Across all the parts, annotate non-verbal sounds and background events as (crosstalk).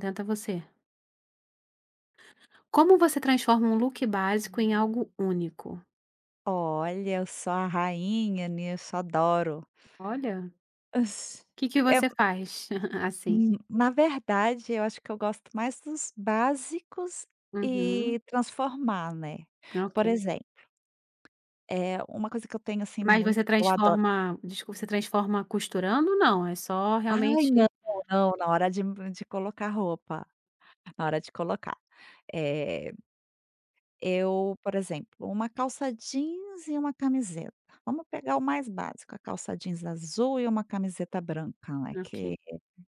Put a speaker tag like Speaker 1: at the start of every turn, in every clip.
Speaker 1: Tenta você. Como você transforma um look básico em algo único?
Speaker 2: Olha, eu sou a rainha nisso, adoro.
Speaker 1: Olha, o que que
Speaker 2: É,
Speaker 1: você faz (laughs) assim?
Speaker 2: na verdade, eu acho que eu gosto mais dos básicos
Speaker 1: Uhum,
Speaker 2: e transformar, né. Por
Speaker 1: ok.
Speaker 2: exemplo, é uma coisa que eu tenho, assim,
Speaker 1: Mas
Speaker 2: muito
Speaker 1: você
Speaker 2: eu adoro.
Speaker 1: transforma desculpa, você transforma costurando? Não, é só
Speaker 2: Ai, não,
Speaker 1: realmente
Speaker 2: não, na hora de colocar roupa, na hora de colocar. é eu, por exemplo, uma calça jeans e uma camiseta. Vamos pegar o mais básico, a calça jeans azul e uma camiseta branca, né,
Speaker 1: ok,
Speaker 2: que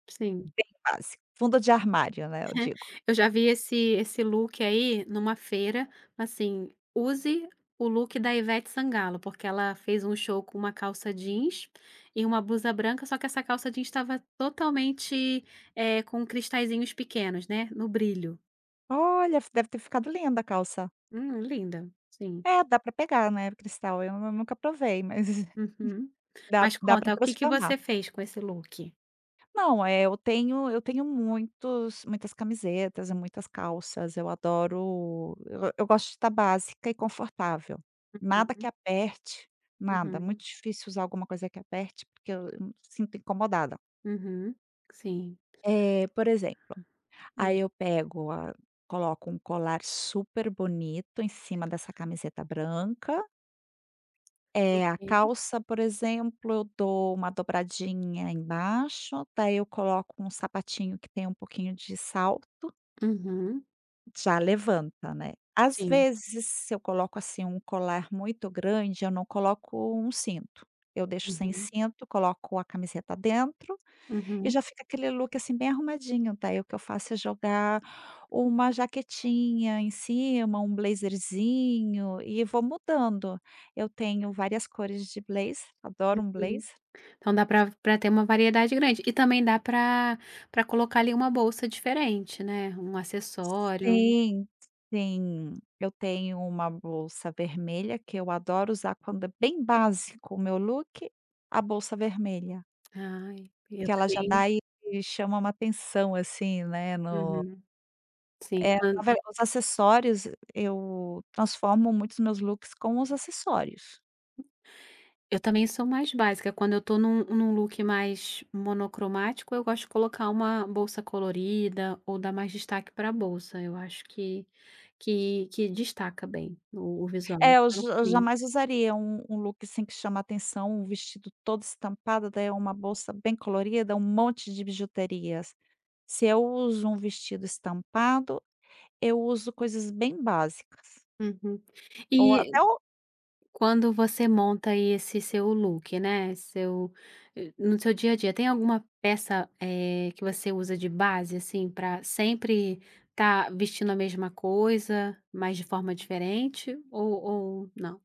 Speaker 1: sim.
Speaker 2: bem básico, fundo de armário, né, eu digo.
Speaker 1: Eu já vi esse look aí numa feira, assim, use o look da Ivete Sangalo, porque ela fez um show com uma calça jeans e uma blusa branca, só que essa calça jeans estava totalmente, com cristalzinhos pequenos, né, no brilho.
Speaker 2: Olha, f deve ter ficado linda a calça.
Speaker 1: Linda, sim.
Speaker 2: É, dá pra pegar, né, cristal, eu nu nunca provei, mas (laughs)
Speaker 1: Uhum.
Speaker 2: dá
Speaker 1: Mas
Speaker 2: dá para
Speaker 1: conta, o que que
Speaker 2: transformar.
Speaker 1: você fez com esse look?
Speaker 2: Não, eu tenho muitos muitas camisetas e muitas calças, eu adoro, eu gosto de estar básica e confortável. Nada que
Speaker 1: Uhum,
Speaker 2: aperte, nada,
Speaker 1: uhum,
Speaker 2: muito difícil usar alguma coisa que aperte, porque eu me sinto incomodada.
Speaker 1: uhum, sim.
Speaker 2: É por exemplo
Speaker 1: Hum,
Speaker 2: Aí eu pego a coloco um colar super bonito em cima dessa camiseta branca. É
Speaker 1: ok.
Speaker 2: a calça, por exemplo, eu dou uma dobradinha embaixo, daí eu coloco um sapatinho que tem um pouquinho de salto,
Speaker 1: Uhum,
Speaker 2: já levanta, né. Às
Speaker 1: sim.
Speaker 2: vezes, se eu coloco, assim, um colar muito grande, eu não coloco um cinto. Eu deixo sem
Speaker 1: Uhum,
Speaker 2: cinto, coloco a camiseta dentro e
Speaker 1: uhum,
Speaker 2: já fica aquele look, assim, bem arrumadinho. Daí o que eu faço é jogar uma jaquetinha em cima, um blazerzinho e vou mudando. Eu tenho várias cores de blazer, adoro um
Speaker 1: hum.
Speaker 2: blazer.
Speaker 1: Então dá pra ter uma variedade grande. E também dá pra colocar ali uma bolsa diferente, né, um acessório.
Speaker 2: Sim, sim. Eu tenho uma bolsa vermelha que eu adoro usar quando é bem básico o meu look, a bolsa vermelha,
Speaker 1: Ai, eu
Speaker 2: que ela já
Speaker 1: também
Speaker 2: dá e chama uma atenção, assim, né. no
Speaker 1: uhum. Sim, quan
Speaker 2: Na ver Os acessórios eu transformo muitos meus looks com os acessórios.
Speaker 1: eu também sou mais básica, quando eu tô num look mais monocromático, eu gosto de colocar uma bolsa colorida ou dar mais destaque pra bolsa, eu acho que que destaca bem o visual,
Speaker 2: É, eu
Speaker 1: está no
Speaker 2: ja eu
Speaker 1: caminho.
Speaker 2: jamais usaria um look, assim, que chama atenção, um vestido todo estampado, daí é uma bolsa bem colorida, um monte de bijuterias. Se eu uso um vestido estampado, eu uso coisas bem básicas.
Speaker 1: Uhum.
Speaker 2: Ou até
Speaker 1: E
Speaker 2: o
Speaker 1: quando você monta aí esse seu look, né, seu no seu dia a dia, tem alguma peça, que você usa de base, assim, para sempre estar vestindo a mesma coisa, mas de forma diferente ou não?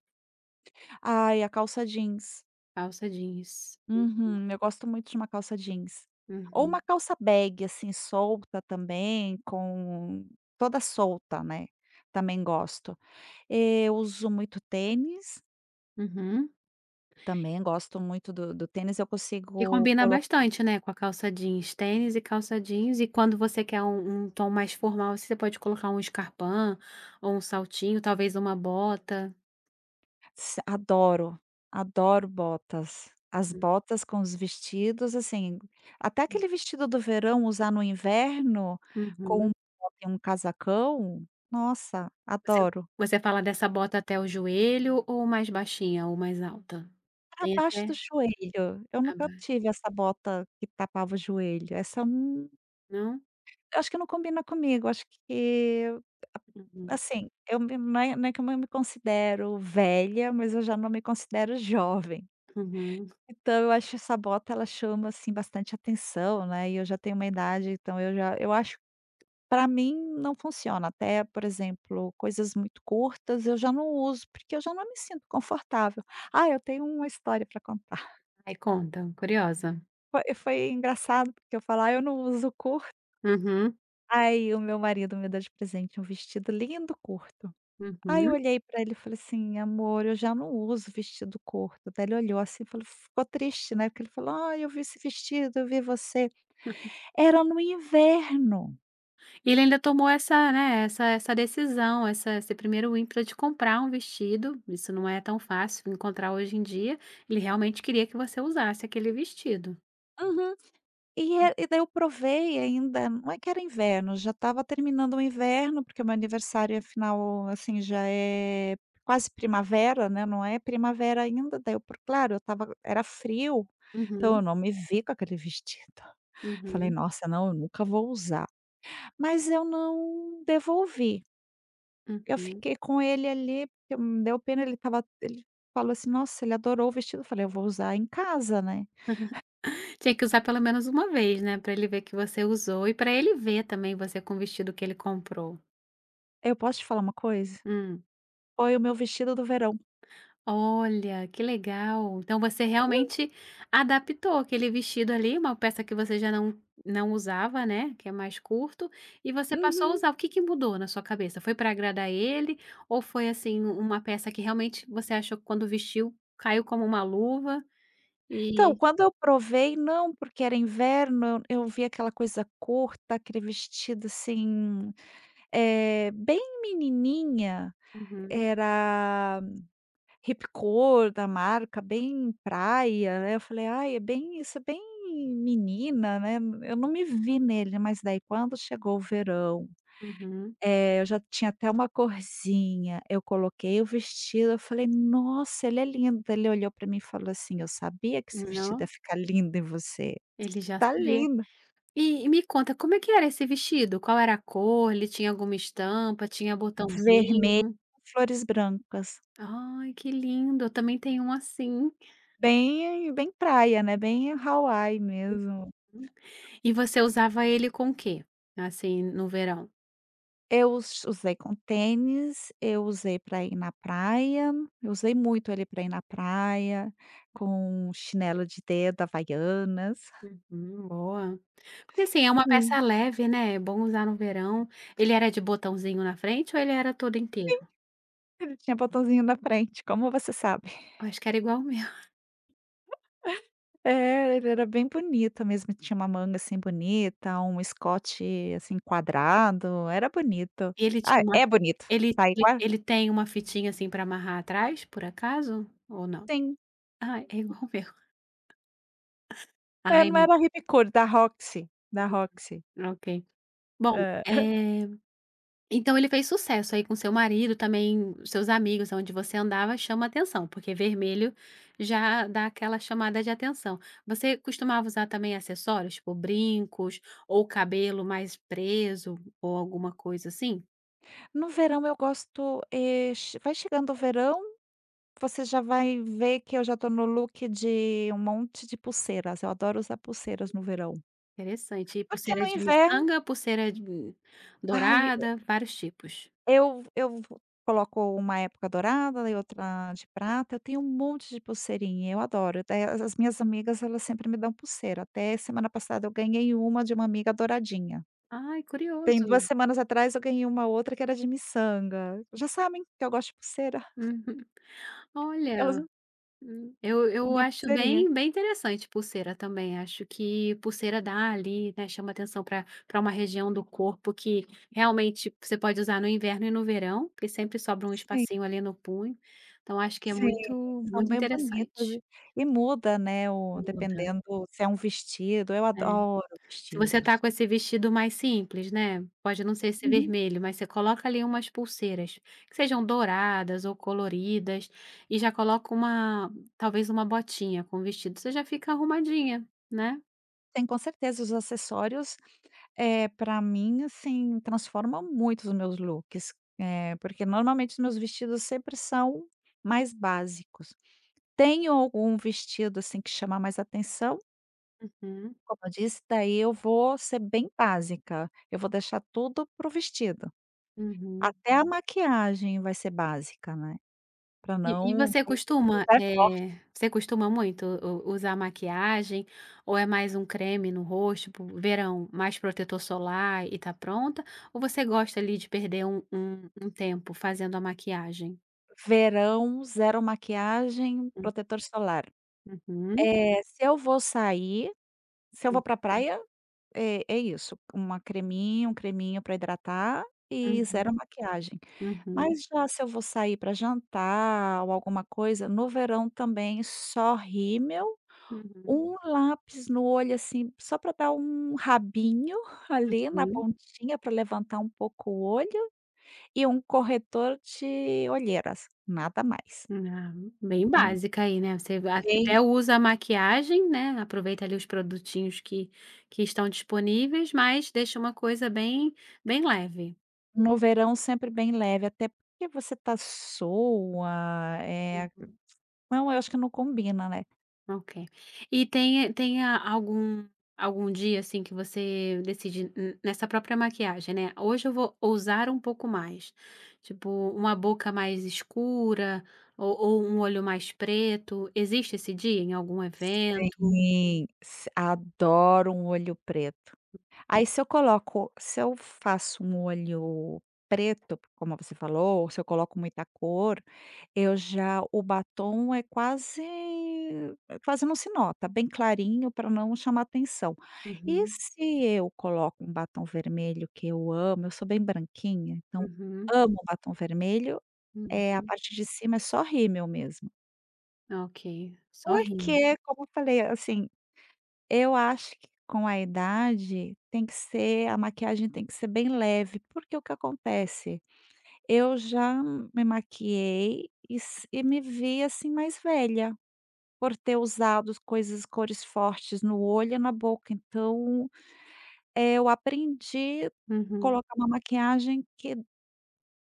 Speaker 2: Ai, a calça jeans.
Speaker 1: Calça jeans.
Speaker 2: Uhum, eu gosto muito de uma calça jeans. Ou
Speaker 1: Uhum,
Speaker 2: uma calça bag, assim, solta também, com toda solta, né, também gosto. Eu uso muito tênis,
Speaker 1: uhum.
Speaker 2: também gosto muito do tênis, eu
Speaker 1: Que
Speaker 2: consigo
Speaker 1: combina
Speaker 2: colo
Speaker 1: bastante, né, com a calça jeans, tênis e calça jeans, e quando você quer um tom mais formal, assim, você pode colocar um escarpin ou um saltinho, talvez uma bota.
Speaker 2: adoro, adoro botas. As
Speaker 1: Uhum.
Speaker 2: botas com os vestidos, assim, até aquele vestido do verão usar no inverno, com
Speaker 1: Uhum.
Speaker 2: uma bota e um casacão, nossa,
Speaker 1: Você
Speaker 2: adoro.
Speaker 1: você fala dessa bota até o joelho ou mais baixinha ou mais alta? Tem
Speaker 2: Abaixo do
Speaker 1: até
Speaker 2: joelho, eu nunca
Speaker 1: abaixo,
Speaker 2: tive essa bota que tapava o joelho, essa,
Speaker 1: não?
Speaker 2: acho que não combina comigo, acho que, a
Speaker 1: Uhum,
Speaker 2: assim, eu me não é que eu me considero velha, mas eu já não me considero jovem.
Speaker 1: uhum.
Speaker 2: Então eu acho essa bota ela chama, assim, bastante atenção, né, e eu já tenho uma idade, então eu acho para mim não funciona, até, por exemplo, coisas muito curtas eu já não uso, porque eu já não me sinto confortável. Ah, eu tenho uma história para contar.
Speaker 1: Ai, conta, curiosa.
Speaker 2: Foi engraçado, porque eu falo: "Ah, eu não uso curto".
Speaker 1: Uhum,
Speaker 2: Aí o meu marido me deu de presente um vestido lindo curto. Aí eu
Speaker 1: uhum.
Speaker 2: olhei pra ele e falei assim: "Amor, eu já não uso vestido curto". Daí ele olhou assim e falou, ficou triste, né, porque ele falou: "Ai, eu vi esse vestido, eu vi você". Era no inverno.
Speaker 1: E ele ainda tomou essa, né, essa decisão, essa esse primeiro ímpeto de comprar um vestido, isso não é tão fácil encontrar hoje em dia, ele realmente queria que você usasse aquele vestido.
Speaker 2: Uhum. E daí eu provei, ainda não é que era inverno, já estava terminando o inverno, porque o meu aniversário, afinal, assim, já é quase primavera, né, não é primavera ainda, daí eu por claro, eu estava era frio, então
Speaker 1: Uhum,
Speaker 2: eu não me vi com aquele vestido. Falei:
Speaker 1: uhum,
Speaker 2: "Nossa, não, eu nunca vou usar". Mas eu não devolvi, eu
Speaker 1: uhum.
Speaker 2: fiquei com ele ali, porque me deu pena, ele falou assim: "Nossa, ele adorou o vestido". Eu falei: "Eu vou usar em casa, né".
Speaker 1: Tinha que usar pelo menos uma vez, né, para ele ver que você usou e para ele ver também você com o vestido que ele comprou.
Speaker 2: Eu posso te falar uma coisa?
Speaker 1: Hum.
Speaker 2: Foi o meu vestido do verão.
Speaker 1: Olha, que legal. Então você realmente adaptou aquele vestido ali, uma peça que você já não usava, né, que é mais curto, e você passou a
Speaker 2: Uhum.
Speaker 1: usar. O que que mudou na sua cabeça? Foi para agradar ele ou foi, assim, um, uma peça que realmente você achou que quando vestiu caiu como uma luva
Speaker 2: Então,
Speaker 1: e
Speaker 2: quando eu provei, não, porque era inverno, eu vi aquela coisa curta, aquele vestido assim, bem menininha,
Speaker 1: uhum,
Speaker 2: era Ripcord, da marca, bem praia, né, eu falei: "Ai, é bem isso é bem menina, né", eu não me vi nele, mas daí quando chegou o verão.
Speaker 1: uhum.
Speaker 2: Eu já tinha até uma corzinha. Eu coloquei o vestido, eu falei: "Nossa, ele é lindo". Ele olhou para mim e falou assim: "Eu sabia que esse vestido
Speaker 1: Ó,
Speaker 2: ia ficar lindo em você.
Speaker 1: ele já
Speaker 2: Tá
Speaker 1: sabia.
Speaker 2: lindo".
Speaker 1: E me conta, como é que era esse vestido? Qual era a cor? Ele tinha alguma estampa? Tinha
Speaker 2: Vermelho
Speaker 1: botãozinho?
Speaker 2: com flores brancas.
Speaker 1: Ai, que lindo. Eu também tenho um assim.
Speaker 2: Bem praia, né, bem Hawaii mesmo.
Speaker 1: E você usava ele com o quê? Assim, no verão?
Speaker 2: Eu us usei com tênis, eu usei para ir na praia, eu usei muito ele para ir na praia, com chinelo de dedo, Havaianas.
Speaker 1: Uhum, boa. Porque assim, é uma peça
Speaker 2: Hum.
Speaker 1: leve, né, é bom usar no verão. Ele era de botãozinho na frente ou ele era todo inteiro?
Speaker 2: Ele tinha botãozinho na frente, como você sabe.
Speaker 1: Eu acho que era igual o meu.
Speaker 2: É, ele era bem bonito mesmo, tinha uma manga, assim, bonita, um escote, assim, quadrado, era bonito.
Speaker 1: E ele tinha
Speaker 2: Ah,
Speaker 1: uma
Speaker 2: é bonito,
Speaker 1: ele
Speaker 2: tá
Speaker 1: ele
Speaker 2: igual,
Speaker 1: ele tem uma fitinha, assim, para amarrar atrás, por acaso, ou não?
Speaker 2: sim.
Speaker 1: Ah, é igual o meu.
Speaker 2: É,
Speaker 1: Ai,
Speaker 2: não era Ripcord, da Roxy, da Roxy.
Speaker 1: ok. Bom,
Speaker 2: Hã.
Speaker 1: é. Então ele fez sucesso aí com seu marido, também seus amigos, onde você andava, chama atenção, porque vermelho já dá aquela chamada de atenção. Você costumava usar também acessórios, tipo brincos ou cabelo mais preso ou alguma coisa assim?
Speaker 2: No verão eu gosto, che vai chegando o verão, você já vai ver que eu já tô no look de um monte de pulseiras, eu adoro usar pulseiras no verão.
Speaker 1: Interessante. E
Speaker 2: Porque
Speaker 1: pulseira
Speaker 2: no
Speaker 1: de
Speaker 2: inverno,
Speaker 1: miçanga, pulseira de
Speaker 2: ai,
Speaker 1: dourada, vários tipos.
Speaker 2: eu coloco uma época dourada e outra de prata, eu tenho um monte de pulseirinha, eu adoro. Até as minhas amigas, elas sempre me dão pulseira, até semana passada eu ganhei uma de uma amiga douradinha.
Speaker 1: Ai,
Speaker 2: Tem 2
Speaker 1: curioso.
Speaker 2: semanas atrás eu ganhei uma outra que era de miçanga. Já sabem que eu gosto de pulseira, (laughs)
Speaker 1: Uhum.
Speaker 2: elas
Speaker 1: Olha. Eu
Speaker 2: me
Speaker 1: eu
Speaker 2: dão
Speaker 1: acho
Speaker 2: pulseirinha.
Speaker 1: bem interessante pulseira também, acho que pulseira dá ali, né, chama atenção para uma região do corpo que realmente você pode usar no inverno e no verão, porque sempre sobra um
Speaker 2: Sim,
Speaker 1: espacinho ali no punho, então acho que é
Speaker 2: sim,
Speaker 1: muito
Speaker 2: são
Speaker 1: muito
Speaker 2: bem bonitas
Speaker 1: interessante.
Speaker 2: e muda, né, o
Speaker 1: Muda.
Speaker 2: dependendo se é um vestido, eu adoro
Speaker 1: Se você tá
Speaker 2: vestidos.
Speaker 1: com esse vestido mais simples, né, pode não ser esse
Speaker 2: Uhum.
Speaker 1: vermelho, mas você coloca ali umas pulseiras, que sejam douradas ou coloridas, e já coloca uma talvez uma botinha com o vestido, você já fica arrumadinha, né.
Speaker 2: Sim, com certeza, os acessórios. Para mim, assim, transforma muito os meus looks, porque normalmente os meus vestidos sempre são mais básicos. Tenho algum vestido, assim, que chama mais atenção,
Speaker 1: Uhum,
Speaker 2: como eu disse, daí eu vou ser bem básica, eu vou deixar tudo pro vestido.
Speaker 1: uhum.
Speaker 2: Até a maquiagem vai ser básica, né, para
Speaker 1: E
Speaker 2: não
Speaker 1: você
Speaker 2: pra o vestido
Speaker 1: costuma,
Speaker 2: já é forte.
Speaker 1: você costuma muito u usar maquiagem ou é mais um creme no rosto, tipo verão, mais protetor solar e tá pronta, ou você gosta ali de perder um tempo fazendo a maquiagem?
Speaker 2: Verão, zero maquiagem, protetor solar.
Speaker 1: Uhum,
Speaker 2: Se eu vou sair, se eu vou
Speaker 1: hum,
Speaker 2: pra praia. É isso, uma creminha, um creminho para hidratar e zero
Speaker 1: uhum,
Speaker 2: Maquiagem.
Speaker 1: uhum,
Speaker 2: Mas já se eu vou sair para jantar ou alguma coisa, no verão também só rímel,
Speaker 1: uhum,
Speaker 2: um lápis no olho, assim, só para dar um rabinho (laughs) ali na
Speaker 1: sim.
Speaker 2: pontinha para levantar um pouco o olho e um corretor de olheiras, nada mais.
Speaker 1: Ah, bem
Speaker 2: Hum,
Speaker 1: básica aí, né, você va
Speaker 2: Bem,
Speaker 1: até usa a maquiagem, né, aproveita ali os produtinhos que estão disponíveis, mas deixa uma coisa bem leve.
Speaker 2: no verão sempre bem leve, até porque você tá soa, eh, não, eu acho que não combina, né.
Speaker 1: Ok. E tem tem a algum algum dia, assim, que você decide n nessa própria maquiagem, né, "Hoje eu vou ousar um pouco mais", tipo, uma boca mais escura ou um olho mais preto, existe esse dia em algum evento?
Speaker 2: Sim, s adoro um olho preto. Aí, se eu faço um olho preto, como você falou, ou se eu coloco muita cor, eu já o batom é quase, não se nota, bem clarinho para não chamar atenção. E
Speaker 1: Uhum,
Speaker 2: se eu coloco um batom vermelho que eu amo, eu sou bem branquinha, então
Speaker 1: uhum,
Speaker 2: amo batom vermelho. A
Speaker 1: uhum.
Speaker 2: parte de cima é só rímel mesmo.
Speaker 1: Ok, só rindo.
Speaker 2: Porque, como eu falei, assim, eu acho que com a idade tem que ser a maquiagem tem que ser bem leve, porque o que acontece? Eu já me maquiei e me vi, assim, mais velha, por ter usado coisas cores fortes no olho e na boca, então, eu aprendi
Speaker 1: Uhum.
Speaker 2: colocar uma maquiagem que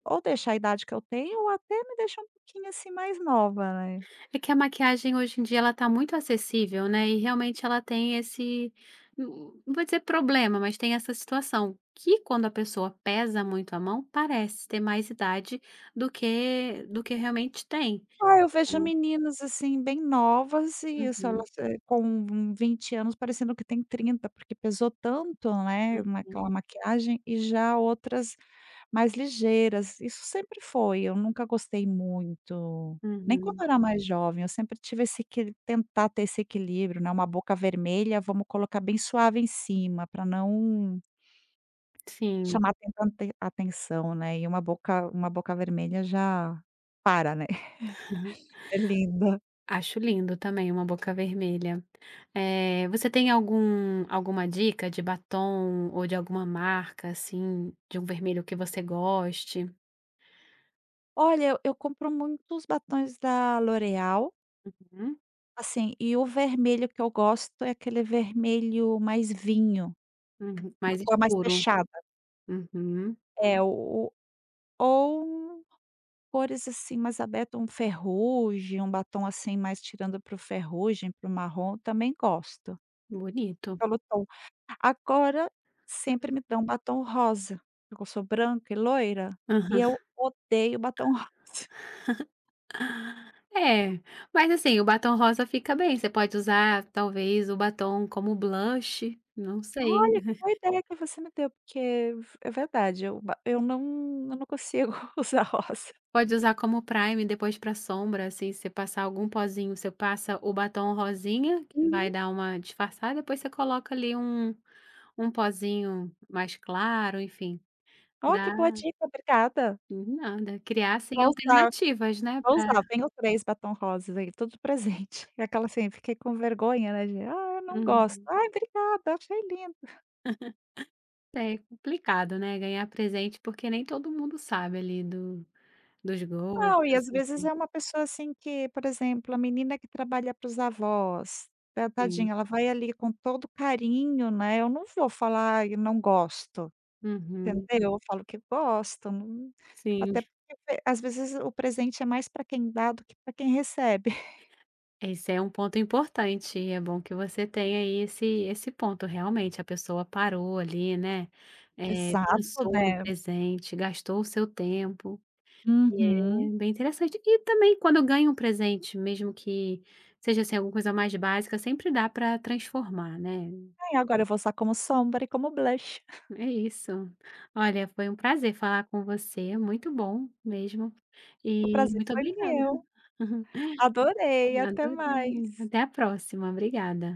Speaker 2: ou deixa a idade que eu tenho ou até me deixa um pouquinho, assim, mais nova, né.
Speaker 1: É que a maquiagem hoje em dia ela tá muito acessível, né, e realmente ela tem esse não não vou dizer problema, mas tem essa situação, que quando a pessoa pesa muito a mão, parece ter mais idade do que realmente tem.
Speaker 2: Ah, eu vejo
Speaker 1: Então
Speaker 2: meninas, assim, bem novas e isso,
Speaker 1: uhum,
Speaker 2: elas, com 20 anos parecendo que tem 30 porque pesou tanto, né,
Speaker 1: uhum,
Speaker 2: naquela maquiagem, e já outras mais ligeiras. Isso sempre foi, eu nunca gostei muito, nem quando
Speaker 1: uhum.
Speaker 2: eu era mais jovem, eu sempre tive esse equi tentar ter esse equilíbrio, né, uma boca vermelha, vamos colocar bem suave em cima, pra não
Speaker 1: Sim,
Speaker 2: chamar tanta atenção, né, e uma boca vermelha já para, né, (laughs) é linda.
Speaker 1: acho lindo também uma boca vermelha. Você tem algum alguma dica de batom ou de alguma marca, assim, de um vermelho que você goste?
Speaker 2: Olha, eu compro muitos batons da L'Oréal,
Speaker 1: Uhum,
Speaker 2: assim, e o vermelho que eu gosto é aquele vermelho mais vinho,
Speaker 1: uhum,
Speaker 2: uma
Speaker 1: mais
Speaker 2: cor mais
Speaker 1: escuro.
Speaker 2: fechada.
Speaker 1: Uhum,
Speaker 2: É, o ou cores, assim, mais abertas, um ferrugem, um batom, assim, mais tirando para o ferrugem, para o marrom, também gosto,
Speaker 1: bonito.
Speaker 2: pelo tom. Agora, sempre me dão batom rosa, porque eu sou branca e loira, e
Speaker 1: Aham.
Speaker 2: eu odeio batom (laughs) rosa.
Speaker 1: É, mas assim, o batom rosa fica bem, você pode usar talvez o batom como blush, não sei.
Speaker 2: Olha, que
Speaker 1: (laughs)
Speaker 2: boa ideia que você me deu, porque é verdade, eu não consigo (laughs) usar rosa.
Speaker 1: Pode usar como prime depois para sombra, assim, se você passar algum pozinho, você passa o batom rosinha, que vai
Speaker 2: Uhum.
Speaker 1: dar uma disfarçada, depois você coloca ali um pozinho mais claro, enfim,
Speaker 2: Ó, que
Speaker 1: dá
Speaker 2: boa dica, obrigada.
Speaker 1: nada, criar assim
Speaker 2: Vou usar,
Speaker 1: alternativas, né,
Speaker 2: vou
Speaker 1: pra
Speaker 2: usar, tenho 3 batom rosas aí, tudo presente. (laughs) Aquela, assim, fiquei com vergonha, né, de: "Ah, eu não gosto.
Speaker 1: uhum.
Speaker 2: Ah, obrigada, achei lindo".
Speaker 1: É complicado, né, ganhar presente, porque nem todo mundo sabe ali do dos
Speaker 2: Não, e
Speaker 1: gostos,
Speaker 2: às vezes
Speaker 1: enfim,
Speaker 2: é uma pessoa, assim, que, por exemplo, a menina que trabalha para os avós, ta
Speaker 1: sim.
Speaker 2: tadinha, ela vai ali com todo carinho, né, eu não vou falar: "Ai, eu não gosto".
Speaker 1: Uhum.
Speaker 2: Entendeu? Eu falo que gosto, não,
Speaker 1: Sim,
Speaker 2: até porque, às vezes o presente é mais para quem dá do que para quem recebe. (laughs)
Speaker 1: esse é um ponto importante e é bom que você tenha aí esse ponto, realmente, a pessoa parou ali, né,
Speaker 2: Exato,
Speaker 1: pensou no
Speaker 2: né?
Speaker 1: presente, gastou o seu tempo, e
Speaker 2: Uhum.
Speaker 1: é bem interessante. E também quando ganha um presente, mesmo que seja, assim, alguma coisa mais básica, sempre dá para transformar, né.
Speaker 2: Aí agora eu vou usar como sombra e como blush.
Speaker 1: É isso. Olha, foi um prazer falar com você, muito bom mesmo,
Speaker 2: O
Speaker 1: e
Speaker 2: prazer
Speaker 1: muito
Speaker 2: foi
Speaker 1: obrigada.
Speaker 2: meu.
Speaker 1: (laughs)
Speaker 2: Adorei, até
Speaker 1: Adorei.
Speaker 2: mais.
Speaker 1: Até a próxima, obrigada.